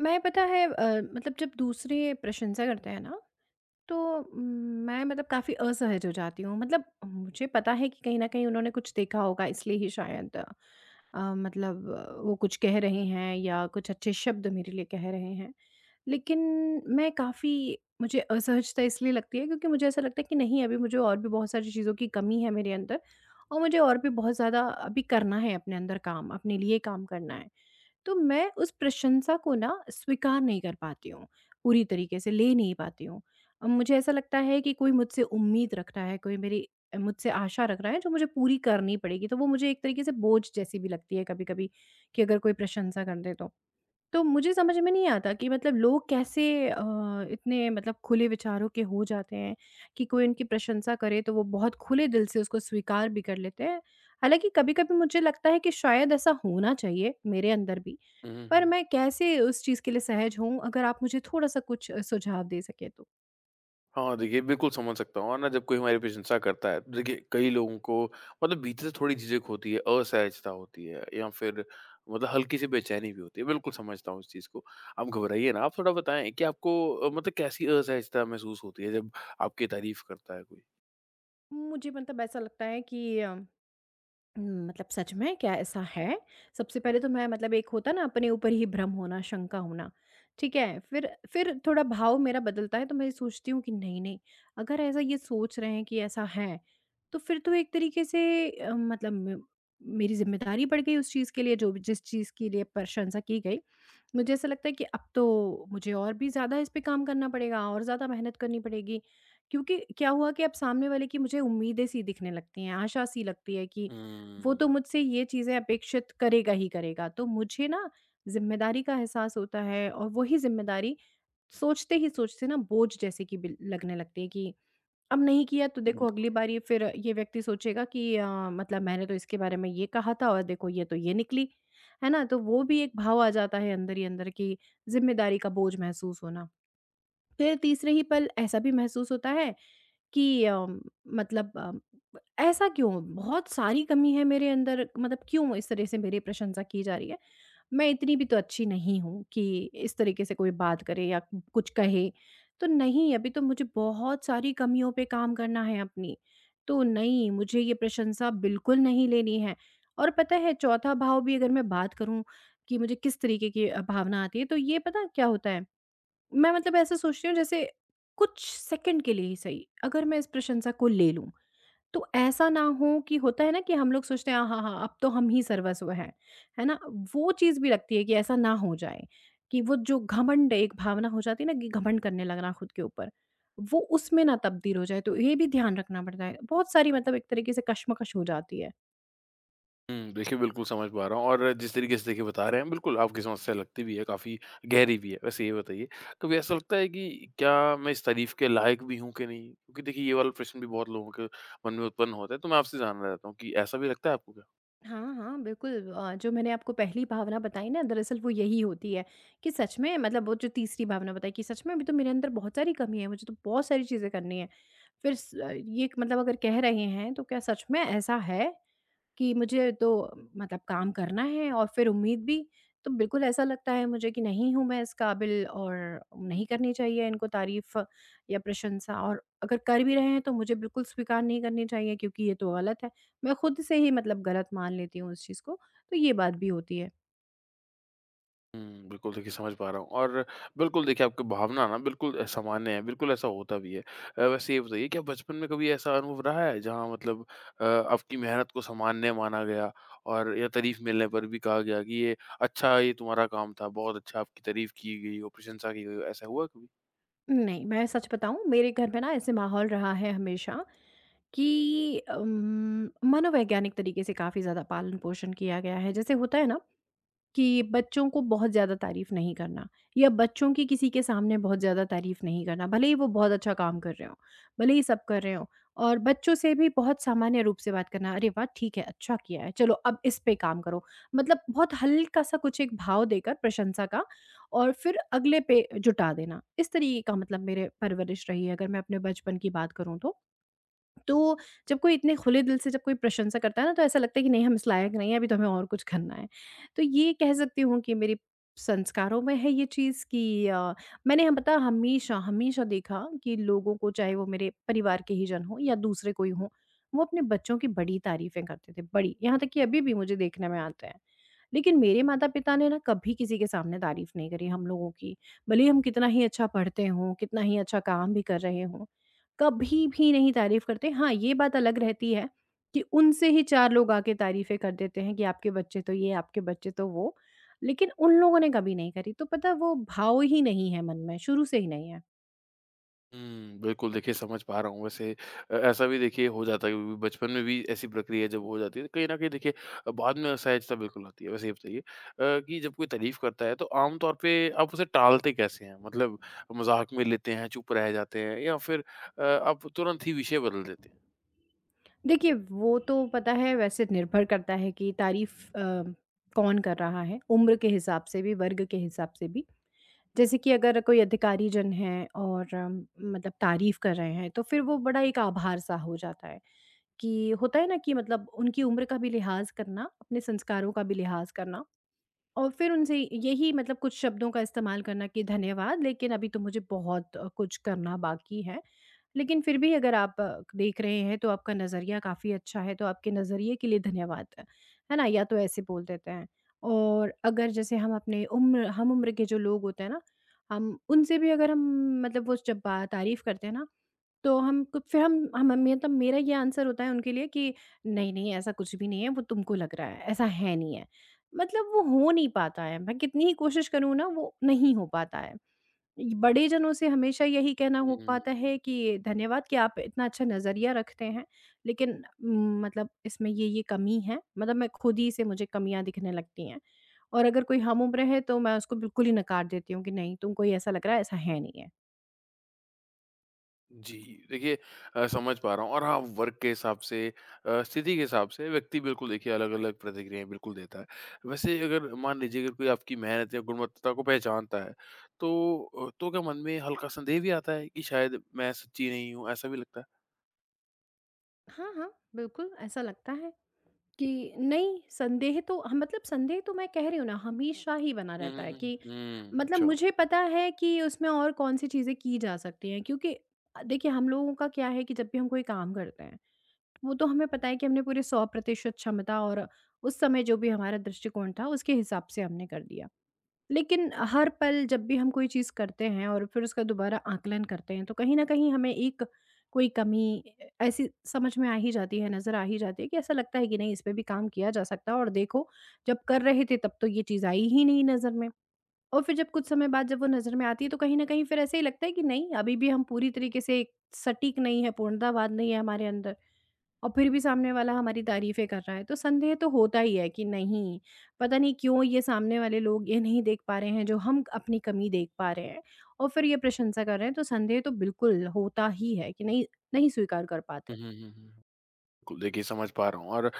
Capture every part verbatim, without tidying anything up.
मैं पता है अ, मतलब जब दूसरे प्रशंसा करते हैं ना तो म, मैं मतलब काफ़ी असहज हो जाती हूँ। मतलब मुझे पता है कि कहीं ना कहीं उन्होंने कुछ देखा होगा, इसलिए ही शायद अ, मतलब अ, वो कुछ कह रहे हैं या कुछ अच्छे शब्द मेरे लिए कह रहे हैं। लेकिन मैं काफ़ी मुझे असहजता इसलिए लगती है क्योंकि मुझे ऐसा लगता है कि नहीं, अभी मुझे और भी बहुत सारी चीज़ों की कमी है मेरे अंदर, और मुझे और भी बहुत ज़्यादा अभी करना है, अपने अंदर काम, अपने लिए काम करना है। तो मैं उस प्रशंसा को ना स्वीकार नहीं कर पाती हूँ, पूरी तरीके से ले नहीं पाती हूँ। अ, मुझे ऐसा लगता है कि कोई मुझसे उम्मीद रख रहा है, कोई मेरी अ, मुझसे आशा रख रहा है जो मुझे पूरी करनी पड़ेगी, तो वो मुझे एक तरीके से बोझ जैसी भी लगती है कभी-कभी, कि अगर कोई प्रशंसा कर दे तो। तो मुझे समझ में नहीं आता कि मतलब लोग कैसे अ, इतने मतलब खुले विचारों के हो जाते हैं कि कोई उनकी प्रशंसा करे तो वो बहुत खुले दिल से उसको स्वीकार भी कर लेते हैं। हालाँकि कभी-कभी मुझे लगता है कि शायद ऐसा होना चाहिए मेरे अंदर भी, हुँ, हुँ, पर हुँ। मैं कैसे उस चीज़ के लिए सहज हूँ? अगर आप मुझे थोड़ा-सा कुछ अ, सुझाव दे सकें तो। हाँ, देखिए बिल्कुल समझ सकता हूँ और ना जब कोई हमारी प्रशंसा करता है तो देखिए कई लोगों को मतलब भीतर से थोड़ी झिझक होती है, असहजता होती है या फिर मतलब हल्की-सी बेचैनी भी होती है। बिल्कुल समझता हूँ इस चीज़ को। आप घबराइए ना, आप थोड़ा बताएँ कि आपको अ, मतलब कैसी असहजता महसूस होती है जब आपकी तारीफ़ करता है कोई? मुझे मतलब ऐसा लगता है कि अ हुँ, मतलब सच में? क्या ऐसा है? सबसे पहले तो मैं मतलब, एक होता है ना अपने ऊपर ही भ्रम होना, शंका होना, ठीक है? फिर फिर थोड़ा भाव मेरा बदलता है तो मैं ये सोचती हूँ कि नहीं-नहीं, अगर ऐसा ये सोच रहे हैं कि ऐसा है, तो फिर तो एक तरीके से अ, मतलब मे- मेरी ज़िम्मेदारी बढ़ गई उस चीज़ के लिए, जो भी- जिस चीज़ के लिए प्रशंसा की गई। मुझे ऐसा लगता है कि अब तो मुझे और भी ज़्यादा इस पे काम करना पड़ेगा, और ज़्यादा मेहनत करनी पड़ेगी। क्योंकि क्या हुआ कि अब सामने वाले की मुझे उम्मीदें सी दिखने लगती हैं, आशा सी लगती है कि वो हुँ। तो मुझसे ये चीज़ें अपेक्षित करेगा ही करेगा। तो मुझे ना ज़िम्मेदारी का एहसास होता है, और वही ज़िम्मेदारी सोचते ही सोचते ना बोझ जैसे कि बिल लगने लगती है, कि अब नहीं किया तो देखो, अगली बारी फिर ये व्यक्ति सोचेगा कि अ, मतलब मैंने तो इसके बारे में ये कहा था, और देखो ये तो ये निकली, है ना? तो वो भी एक भाव आ जाता है अंदर ही अंदर कि ज़िम्मेदारी का बोझ महसूस होना। फिर तीसरे ही पल ऐसा भी महसूस होता है कि अ, मतलब अ, ऐसा क्यों? बहुत सारी कमी है मेरे अंदर, मतलब क्यों इस तरह से मेरी प्रशंसा की जा रही है? मैं इतनी भी तो अच्छी नहीं हूँ कि इस तरीके से कोई बात करे या कुछ कहे। तो नहीं, अभी तो मुझे बहुत सारी कमियों पे काम करना है अपनी। तो नहीं, मुझे ये प्रशंसा बिल्कुल नहीं लेनी है। और पता है, चौथा भाव भी अगर मैं बात करूँ कि मुझे किस तरीके की अ, भावना आती है, तो ये पता है क्या होता है? मैं मतलब ऐसा सोचती हूँ, जैसे कुछ सेकंड के लिए ही सही, अगर मैं इस प्रशंसा को ले लूँ। तो ऐसा ना हो कि, होता है ना कि हम लोग सोचते हैं हाँ हाँ हाँ, अब तो हम ही सर्वस्व हैं, है ना, वो चीज़ भी लगती है, कि ऐसा ना हो जाए कि वो जो घमंड एक भावना हो जाती है ना, कि घमंड करने लगना खुद के ऊपर, वो उसमें ना तब्दील हो जाए। तो ये भी ध्यान रखना पड़ता है, बहुत सारी मतलब एक तरीके से कश्मकश हो जाती है। हुँ, देखिए बिल्कुल समझ पा रहा हूँ और जिस तरीके से देखिए बता रहे हैं बिल्कुल आपकी समस्या लगती भी है, काफ़ी गहरी भी है। वैसे ये बताइए, कभी ऐसा लगता है कि क्या मैं इस तारीफ़ के लायक भी हूँ कि नहीं? क्योंकि देखिए ये वाला प्रश्न भी बहुत लोगों के मन में उत्पन्न होता है, तो मैं आपसे जानना चाहता हूँ कि ऐसा भी लगता है आपको? हाँ, हाँ, बिल्कुल, अ, जो मैंने आपको पहली भावना बताई ना, दरअसल वो यही होती है, कि सच में, मतलब वो जो तीसरी भावना बताई, कि सच में अभी तो मेरे अंदर बहुत सारी कमी है, मुझे तो बहुत सारी चीज़ें करनी है। फिर स अ, ये एक, मतलब अगर कह रहे हैं तो क्या सच में ऐसा है? कि मुझे तो मतलब काम करना है, और फिर उम्मीद भी, तो बिल्कुल ऐसा लगता है मुझे कि नहीं हूँ मैं इस काबिल, और नहीं करनी चाहिए इनको तारीफ़ या प्रशंसा, और अगर कर भी रहे हैं तो मुझे बिल्कुल स्वीकार नहीं करनी चाहिए क्योंकि ये तो गलत है। मैं खुद से ही मतलब गलत मान लेती हूँ इस चीज़ को, तो ये बात भी होती है। हुँ, बिल्कुल देखिए समझ पा रहा हूँ और बिल्कुल देखिए आपकी भावना ना बिल्कुल सामान्य है, बिल्कुल ऐसा होता भी है। अ, वैसे ये बताइए क्या बचपन में कभी ऐसा अनुभव रहा है जहाँ मतलब अ, आपकी मेहनत को सामान्य माना गया और या तारीफ़ मिलने पर भी कहा गया कि ये अच्छा ये तुम्हारा काम था, बहुत अच्छा आपकी तारीफ़ की गई हो, प्रशंसा की गई हो, ऐसा हुआ कभी? नहीं, मैं सच बताऊँ, मेरे घर में ना ऐसे माहौल रहा है हमेशा, कि अम, मनोवैज्ञानिक तरीके से काफ़ी ज़्यादा पालन-पोषण किया गया है। जैसे होता है ना कि बच्चों को बहुत ज़्यादा तारीफ़ नहीं करना, या बच्चों की किसी के सामने बहुत ज़्यादा तारीफ़ नहीं करना, भले ही वो बहुत अच्छा काम कर रहे हों, भले ही सब कर रहे हों। और बच्चों से भी बहुत सामान्य रूप से बात करना, "अरे वाह! ठीक है, अच्छा किया है, चलो अब इस पे काम करो।" मतलब बहुत हल्का-सा कुछ एक भाव देकर प्रशंसा का, और फिर अगले पे जुटा देना। इस तरीके का मतलब मेरे परवरिश रही है, अगर मैं अपने बचपन की बात करूँ तो। तो जब कोई इतने खुले दिल से जब कोई प्रशंसा करता है ना, तो ऐसा लगता है कि नहीं, हम इस लायक नहीं है, अभी तो हमें और कुछ करना है। तो ये कह सकती हूँ कि मेरे संस्कारों में है ये चीज़ कि अ, मैंने हम पता, हमेशा, हमेशा देखा कि लोगों को, चाहे वो मेरे परिवार के ही जन हों या दूसरे कोई हों, वो अपने बच्चों की बड़ी तारीफ़ें करते थे, बड़ी। यहाँ तक कि अभी भी मुझे देखने में आते हैं। लेकिन मेरे माता-पिता ने ना कभी किसी के सामने तारीफ़ नहीं करी हम लोगों की। भले ही हम कितना ही अच्छा पढ़ते हों, कितना ही अच्छा काम भी कर रहे हों, कभी भी नहीं तारीफ़ करते। हाँ, ये बात अलग रहती है कि उनसे ही चार लोग आके तारीफ़ें कर देते हैं कि आपके बच्चे तो ये, आपके बच्चे तो वो। लेकिन उन लोगों ने कभी नहीं करी, तो पता है, वो भाव ही नहीं है मन में, शुरू से ही नहीं है। हुँ, बिल्कुल देखिए समझ पा रहा हूँ वैसे अ, ऐसा भी देखिए हो जाता है क्योंकि बचपन में भी ऐसी प्रक्रिया जब हो जाती है तो कहीं न कहीं देखिए अ, बाद में असहजता बिल्कुल आती है। वैसे ये बताइए अ, कि जब कोई तारीफ़ करता है तो आम तौर पे आप उसे टालते कैसे हैं? मतलब मज़ाक में लेते हैं, चुप रह जाते हैं या फिर अ, आप तुरंत ही विषय बदल देते हैं? देखिए, वो तो पता है वैसे, निर्भर करता है कि तारीफ़ अ, कौन कर रहा है, उम्र के हिसाब से भी, वर्ग के हिसाब से भी। जैसे कि अगर कोई अधिकारी जन है, और अम, मतलब तारीफ़ कर रहे हैं, तो फिर वो बड़ा एक आभार-सा हो जाता है, कि होता है ना कि मतलब उनकी उम्र का भी लिहाज़ करना, अपने संस्कारों का भी लिहाज़ करना। और फिर उनसे यही मतलब कुछ शब्दों का इस्तेमाल करना, कि धन्यवाद, लेकिन अभी तो मुझे बहुत अ, कुछ करना बाकी है। लेकिन फिर भी अगर आप अ, देख रहे हैं, तो आपका नज़रिया काफ़ी अच्छा है, तो आपके नज़रिए के लिए धन्यवाद। है ना? या तो ऐसे बोल देते हैं। और अगर जैसे हम अपने उम्र, हम उम्र के जो लोग होते हैं ना, हम उनसे भी अगर हम मतलब, वो जब बा तारीफ़ करते हैं ना, तो हम क फिर हम हम हम- मतलब मेरा ये आंसर होता है उनके लिए, कि नहीं, नहीं ऐसा कुछ भी नहीं है, वो तुमको लग रहा है, ऐसा है नहीं है। मतलब वो हो नहीं पाता है, मैं कितनी ही कोशिश करूँ ना, वो नहीं हो पाता है। इ बड़े जनों से हमेशा यही कहना हो हुँ। पाता है कि धन्यवाद, कि आप इतना अच्छा नज़रिया रखते हैं, लेकिन उम, मतलब इसमें ये-ये कमी है, मतलब मैं खुद ही से मुझे कमियाँ दिखने लगती हैं। और अगर कोई हम उम्र है, तो मैं उसको बिल्कुल ही नकार देती हूँ कि नहीं, तुमको ही ऐसा लग रहा है, ऐसा है नहीं है। जी, देखिए अ, समझ पा रहा हूँ और हाँ, वर्क के हिसाब से अ, स्थिति के हिसाब से व्यक्ति बिल्कुल देखिए अलग-अलग प्रतिक्रियाएँ बिल्कुल देता है। वैसे अगर मान लीजिए अगर कोई आपकी मेहनत या गुणवत्ता को पहचानता है, तो अ, तो क्या मन में हल्का संदेह भी आता है कि शायद मैं सच्ची नहीं हूँ, ऐसा भी लगता है? हाँ, हाँ, बिल्कुल ऐसा लगता है कि नहीं, संदेह तो ह मतलब संदेह तो मैं कह रही हूँ ना, हमेशा ही बना हुँ, रहता हुँ, है हुँ। कि, हुँ, मतलब अच्छा। मुझे पता है कि उसमें और कौन-सी चीज़ें की जा सकती हैं, क्योंकि अ, देखिए, हम लोगों का क्या है कि जब भी हम कोई काम करते हैं, वो तो हमें पता है कि हमने पूरे सौ प्रतिशत क्षमता, और उस समय जो भी हमारा दृष्टिकोण था, उसके हिसाब से हमने कर दिया। लेकिन हर पल जब भी हम कोई चीज़ करते हैं, और फिर उसका दोबारा आकलन करते हैं, तो कहीं न कहीं हमें एक कोई कमी अ, ऐसी समझ में आ ही जाती है, नज़र आ ही जाती है, कि ऐसा लगता है कि नहीं, इस पे भी काम किया जा सकता है। और देखो, जब कर रहे थे तब तो ये चीज़ आई ही नहीं नज़र में। और फिर जब कुछ समय बाद जब वो नज़र में आती है, तो कहीं न कहीं फिर ऐसे ही लगता है कि नहीं, अभी भी हम पूरी तरीके से एक सटीक नहीं है, पूर्णतावाद नहीं है हमारे अंदर, और फिर भी सामने वाला हमारी तारीफ़ें कर रहा है। तो संदेह तो होता ही है कि नहीं, पता नहीं क्यों ये सामने वाले लोग ये नहीं देख पा रहे हैं, जो हम अपनी कमी देख पा रहे हैं, और फिर ये प्रशंसा कर रहे हैं, तो संदेह तो बिल्कुल होता ही है कि नहीं, नहीं स्वीकार कर हुँ, पाते। हुँ, हुँ, हुँ। बिल्कुल, देखिए समझ पा रहा हूँ और अ,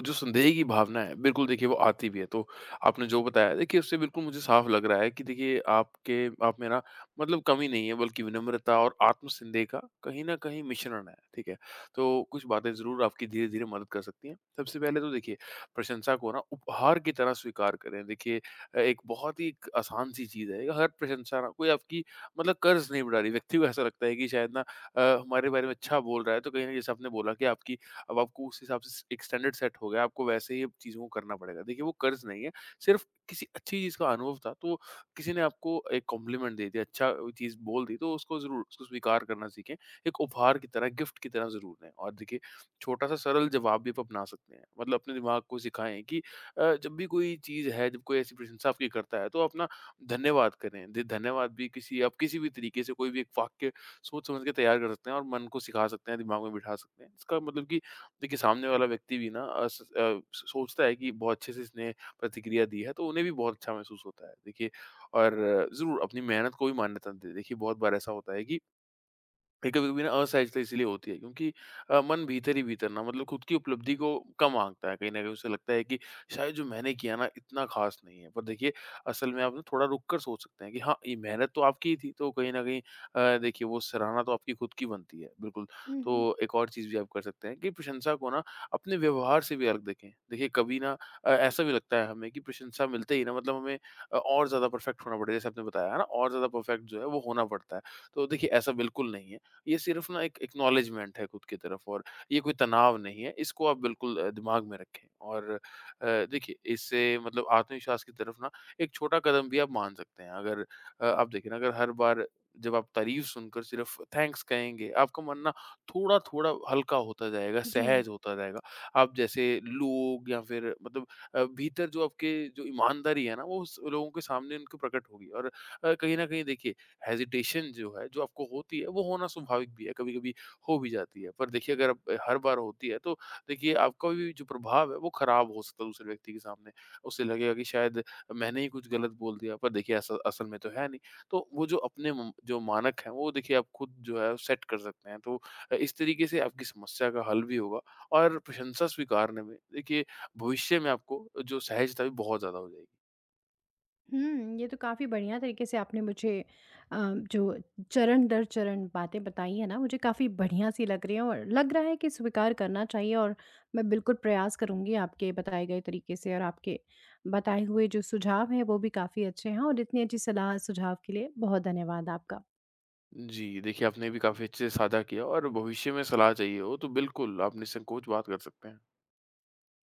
जो संदेह की भावना है बिल्कुल देखिए वो आती भी है। तो आपने जो बताया देखिए उससे बिल्कुल मुझे साफ लग रहा है कि देखिए आपके आप में ना मतलब कमी नहीं है बल्कि विनम्रता और आत्म-संदेह का कहीं न कहीं मिश्रण है, ठीक है? तो कुछ बातें ज़रूर आपकी धीरे-धीरे मदद कर सकती हैं। सबसे पहले तो देखिए प्रशंसा को ना उपहार की तरह स्वीकार करें। देखिए अ, एक बहुत ही एक आसान-सी चीज़ है। हर प्रशंसा ना कोई आपकी मतलब कर्ज़ नहीं बढ़ा रही। व्यक्ति को ऐसा लगता है कि शायद ना अ, हमारे बारे में अच्छा बोल रहा है तो कहीं न कहीं जैसे आपने बोला कि आपकी अब आपको उस हिसाब से एक स्टैंडर्ड सेट हो गया, आपको वैसे ही अब चीज़ों को करना पड़ेगा। देखिए वो कर्ज़ नहीं है, सिर्फ़ किसी अच्छी चीज़ का अनुभव था, तो किसी ने आपको एक कॉम्प्लीमेंट दे दिया, अच्छा वो चीज़ बोल दी, तो उसको ज़रूर उसको स्वीकार करना सीखें। एक उपहार की तरह, गिफ्ट की तरह ज़रूर लें और देखिए छोटा-सा सरल जवाब भी आप अपना सकते हैं। मतलब अपने दिमाग को सिखाएँ कि अ, जब भी कोई चीज़ है, जब कोई ऐसी प्रशंसा आपकी करता है, तो अपना धन्यवाद करें। दि धन्यवाद भी किसी आप किसी भी तरीके से कोई भी एक वाक्य सोच-समझ के तैयार कर सकते हैं और मन को सिखा सकते हैं, दिमाग में बिठा सकते हैं। इसका मतलब कि देखिए सामने वाला व्यक्ति भी ना अ, स अ, सोचता है कि बहुत अच्छे से इसने प्रतिक्रिया दी है, तो उन्हें भी बहुत अच्छा महसूस होता है। देखिए और ज़रूर अपनी मेहनत को भी मान्यता दें। देखिए बहुत बार ऐसा होता है कि ये कभी-कभी ना असहजता इसलिए होती है क्योंकि अ, मन भीतर ही भीतर ना मतलब खुद की उपलब्धि को कम आंकता है। कहीं न कहीं उसे लगता है कि शायद जो मैंने किया ना इतना ख़ास नहीं है। पर देखिए असल में आप ना थोड़ा रुक कर सोच सकते हैं कि हाँ, ये मेहनत तो आपकी ही थी तो कहीं न कहीं अ, देखिए वो सराहना तो आपकी खुद की बनती है। बिल्कुल, हुँ, हुँ। तो एक और चीज़ भी आप कर सकते हैं कि प्रशंसा को ना अपने व्यवहार से भी अलग देखें। देखिए कभी ना अ, ऐसा भी लगता है हमें कि प्रशंसा मिलते ही ना मतलब हमें अ, और ज़्यादा परफ़ेक्ट होना पड़ेगा जैसे आपने बताया है ना और ज़्यादा परफ़ेक्ट जो है वो होना पड़ता है। तो देखिए ऐसा बिल्कुल नहीं है। ये सिर्फ़ ना एक एक्नॉलेजमेंट है खुद की तरफ और ये कोई तनाव नहीं है। इसको आप बिल्कुल अ, दिमाग में रखें और अ, देखिए इससे मतलब आत्मविश्वास की तरफ ना एक छोटा कदम भी आप मान सकते हैं। अगर अ, आप देखें ना अगर हर बार जब आप तारीफ़ सुनकर सिर्फ़ थैंक्स कहेंगे, आपका मन ना थोड़ा-थोड़ा हल्का होता जाएगा, जी। सहज होता जाएगा। आप जैसे लोग या फिर मतलब अ, भीतर जो आपके जो ईमानदारी है ना वो स लोगों के सामने उनकी प्रकट होगी और अ, कहीं न कहीं देखिए हेजिटेशन जो है, जो आपको होती है, वो होना स्वाभाविक भी है, कभी-कभी हो भी जाती है। पर देखिए अगर अब हर बार होती है, तो देखिए आपका भी जो प्रभाव है, वो खराब हो सकता है दूसरे व्यक्ति के सामने। उसे लगेगा कि शायद मैंने ही कुछ गलत बोल दिया, पर देखिए ऐसा असल में तो है नहीं। तो वो जो अपने म जो मानक हैं, वो देखिए आप खुद जो है सेट कर सकते हैं। तो अ, इस तरीके से आपकी समस्या का हल भी होगा और प्रशंसा स्वीकारने में देखिए भविष्य में आपको जो सहजता है, बहुत ज़्यादा हो जाएगी। हुँ, ये तो काफ़ी बढ़िया तरीके से आपने मुझे अ, जो चरण दर चरण बातें बताई हैं ना, मुझे काफ़ी बढ़िया-सी लग रही हैं, और लग रहा है कि स्वीकार करना चाहिए। और मैं बिल्कुल प्रयास करूँगी आपके बताए गए तरीके से, और आपके बताए हुए जो सुझाव हैं, वो भी काफ़ी अच्छे हैं, और इतनी अच्छी सलाह सुझाव के लिए बहुत धन्यवाद आपका। जी, देखिए आपने भी काफ़ी अच्छे से साझा किया और भविष्य में सलाह चाहिए हो तो बिल्कुल आप निसंकोच बात कर सकते हैं।